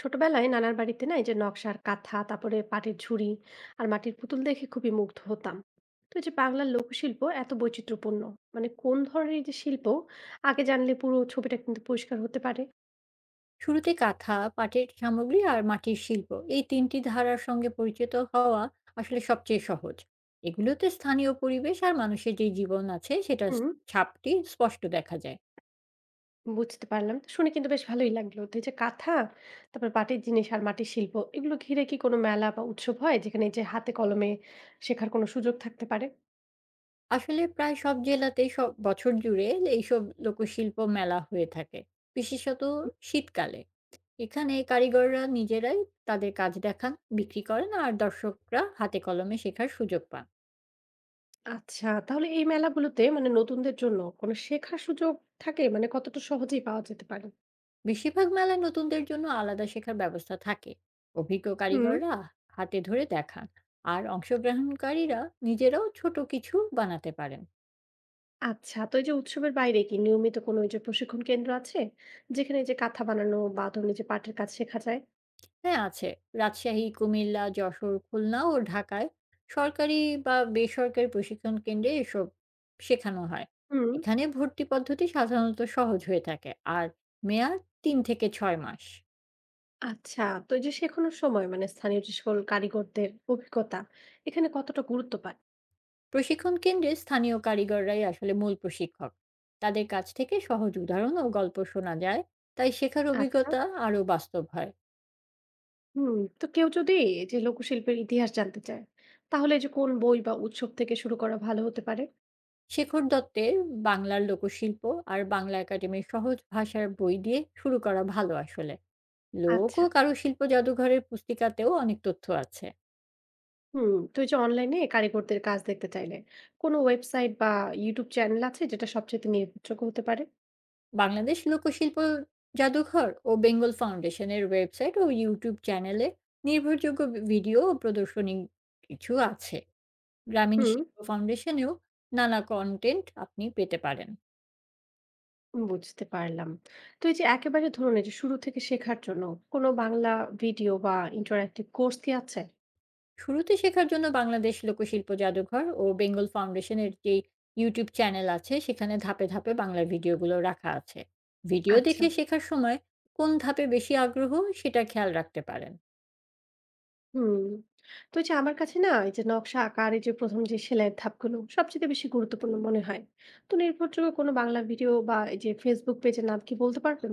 ছোটবেলায় নানার বাড়িতে না এই যে নকশার কাঁথা তারপরে পাটের ঝুড়ি আর মাটির পুতুল দেখে খুবই মুগ্ধ হতাম। তো এই যে বাংলার লোকশিল্প এত বৈচিত্র্যপূর্ণ, মানে কোন ধরনের এই যে শিল্প আগে জানলে পুরো ছবিটা কিন্তু পরিষ্কার হতে পারে। শুরুতে কাঁথা, পাটের সামগ্রী আর মাটির শিল্প এই ৩ টি ধারার সঙ্গে পরিচিত হওয়া আসলে সবচেয়ে সহজ। এগুলোতে স্থানীয় পরিবেশ আর মানুষের যে জীবন আছে সেটার হুম। ছাপটি স্পষ্ট দেখা যায়। বুঝতে পারলাম তো শুনে কিন্তু বেশ ভালোই লাগলো। তো এই যে কাঁথা তারপর পাটের জিনিস আর মাটির শিল্প এগুলো ঘিরে কি কোনো মেলা বা উৎসব হয় যেখানে এই যে হাতে কলমে শেখার কোনো সুযোগ থাকতে পারে? আসলে প্রায় সব জেলাতেই সব বছর জুড়ে এইসব লোকশিল্প মেলা হয়ে থাকে, বিশেষত শীতকালে। এখানে কারিগররা নিজেরাই তাদের কাজ দেখান, বিক্রি করেন আর দর্শকরা হাতে কলমে শেখার সুযোগ পান। আচ্ছা তাহলে এই মেলাগুলোতে মানে নতুনদের জন্য কোনো শেখার সুযোগ থাকে, মানে কতটা সহজেই পাওয়া যেতে পারে? বেশিরভাগ মেলায় নতুনদের জন্য আলাদা শেখার ব্যবস্থা থাকে, অভিজ্ঞ হুম। কারিগররা হাতে ধরে দেখান আর অংশগ্রহণকারীরা নিজেরাও ছোট কিছু বানাতে পারেন। আচ্ছা, তো এই যে উৎসবের বাইরে কি নিয়মিত কোনো এই যে প্রশিক্ষণ কেন্দ্র আছে যেখানে এই যে কাঁথা বানানো বা ধরুন এই যে পাটের কাজ শেখা যায়? হ্যাঁ আছে। রাজশাহী, কুমিল্লা, যশোর, খুলনা ও ঢাকায় সরকারি বা বেসরকারি প্রশিক্ষণ কেন্দ্রে এসব শেখানো হয়। হুম। এখানে ভর্তি পদ্ধতি সাধারণত সহজ হয়ে থাকে আর মেয়াদ ৩ থেকে ৬ মাস। আচ্ছা, তো এই যে শেখানোর সময় মানে স্থানীয় যে সকল কারিগরদের অভিজ্ঞতা এখানে কতটা গুরুত্ব পায়? প্রশিক্ষণ কেন্দ্রে স্থানীয় কারিগররাই আসলে মূল প্রশিক্ষক, তাদের কাছ থেকে সহজ উদাহরণ ও গল্প শোনা যায়, তাই শেখার আচ্ছা। অভিজ্ঞতা আরও বাস্তব হয়। হুম। তো কেউ যদি এই যে লোকশিল্পের ইতিহাস জানতে চায় তাহলে এই যে কোন বই বা উৎসব থেকে শুরু করা ভালো হতে পারে? শেখর দত্তের বাংলার লোকশিল্প আর বাংলা একাডেমির সহজ ভাষার বই দিয়ে শুরু করা ভালো আসলে। লোক ও আচ্ছা। কারুশিল্প জাদুঘরের পুস্তিকাতেও অনেক তথ্য আছে। হুম। তো এই যে অনলাইনে কারিগরদের কাজ দেখতে চাইলে কোনো ওয়েবসাইট বা ইউটিউব চ্যানেল আছে যেটা সবচেয়ে নির্ভরযোগ্য হতে পারে? বাংলাদেশ লোকশিল্প জাদুঘর ও বেঙ্গল ফাউন্ডেশনের ওয়েবসাইট ও ইউটিউব চ্যানেলে নির্ভরযোগ্য ভিডিও ও প্রদর্শনী কিছু আছে। গ্রামীণ হুম। শিল্প ফাউন্ডেশনেও নানা কন্টেন্ট আপনি পেতে পারেন। বুঝতে পারলাম। তো এই যে একেবারে ধরুন এই যে শুরু থেকে শেখার জন্য কোনো বাংলা ভিডিও বা ইন্টারেক্টিভ কোর্স কি আছে? শুরুতে শেখার জন্য বাংলাদেশ লোকশিল্প জাদুঘর ও বেঙ্গল ফাউন্ডেশনের যে ইউটিউব চ্যানেল আছে সেখানে ধাপে ধাপে বাংলা ভিডিওগুলো রাখা আছে। ভিডিও আচ্ছা। দেখে শেখার সময় কোন ধাপে বেশি আগ্রহ সেটা খেয়াল রাখতে পারেন। হুম। তো এই যে আমার কাছে না এই যে নকশা আঁকা আর এই যে ১ম যে সেলাইয়ের ধাপগুলো সবচেয়ে বেশি গুরুত্বপূর্ণ মনে হয়। তো নির্ভরযোগ্য কোনো বাংলা ভিডিও বা এই যে Facebook পেজের নাম কি বলতে পারবেন?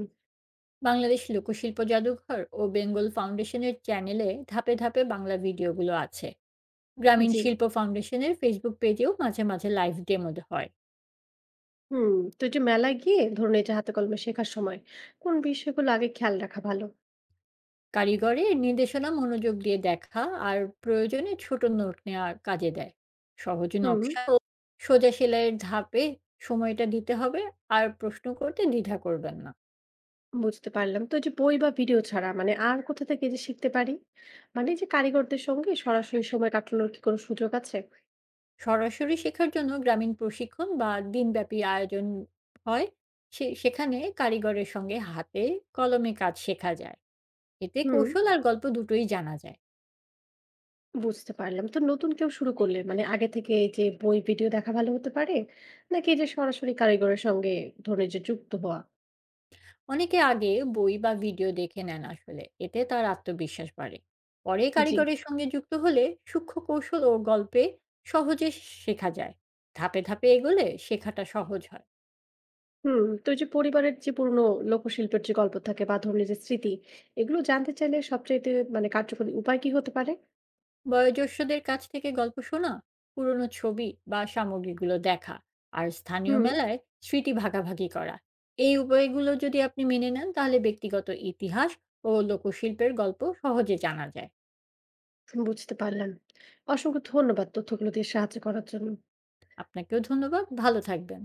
বাংলাদেশ লোকশিল্প জাদুঘর ও বেঙ্গল ফাউন্ডেশনের চ্যানেলে ধাপে ধাপে বাংলা ভিডিওগুলো আছে। গ্রামীণ জি। শিল্প ফাউন্ডেশনের ফেসবুক পেজেও মাঝে মাঝে লাইভ ডেমো হয়। হুম। তো এই যে মেলায় গিয়ে ধরুন এই যে হাতে কলমে শেখার সময় কোন বিষয়গুলো আগে খেয়াল রাখা ভালো? কারিগরের নির্দেশনা মনোযোগ দিয়ে দেখা আর প্রয়োজনে ছোট নোট নেওয়া কাজে দেয়। সহজ হুম। নকশা ও সোজা সেলাইয়ের ধাপে সময়টা দিতে হবে আর প্রশ্ন করতে দ্বিধা করবেন না। বুঝতে পারলাম। তো এই যে বই বা ভিডিও ছাড়া মানে আর কোথা থেকে এই যে শিখতে পারি? মানে এই যে কারিগরদের সঙ্গে সরাসরি সময় কাটানোর কি কোনো সুযোগ আছে? সরাসরি শেখার জন্য গ্রামীণ প্রশিক্ষণ বা দিনব্যাপী আয়োজন হয়, সেখানে কারিগরের সঙ্গে হাতে কলমে কাজ শেখা যায়। এতে হুম, কৌশল আর গল্প দুটোই জানা যায়। বুঝতে পারলাম। তো নতুন কেউ শুরু করলে মানে আগে থেকে এই যে বই, ভিডিও দেখা ভালো হতে পারে? নাকি এই যে সরাসরি কারিগরের সঙ্গে ধরুন এই যে যুক্ত হওয়া? অনেকে আগে বই বা ভিডিও দেখে নেন, আসলে এতে তার আত্মবিশ্বাস বাড়ে। পরে জি। কারিগরের সঙ্গে যুক্ত হলে সূক্ষ্ম কৌশল ও গল্পে সহজে শেখা যায়। ধাপে ধাপে এগোলে শেখাটা সহজ হয়। হুম, তো এই যে পরিবারের যে পুরনো লোকশিল্পের যে গল্প থাকে বা ধরুন এই যে স্মৃতি, এগুলো জানতে চাইলে সবচাইতে মানে কার্যকরী উপায় কি হতে পারে? বয়োজ্যেষ্ঠদের কাছ থেকে গল্প শোনা, পুরনো ছবি বা সামগ্রীগুলো দেখা আর স্থানীয় হুম, মেলায় স্মৃতি ভাগাভাগি করা, এই উপায়গুলো যদি আপনি মেনে নেন তাহলে ব্যক্তিগত ইতিহাস ও লোকশিল্পের গল্প সহজে জানা যায়। বুঝতে পারলাম। অসংখ্য ধন্যবাদ তথ্যগুলো দিয়ে সাহায্য করার জন্য। আপনাকেও ধন্যবাদ, ভালো থাকবেন।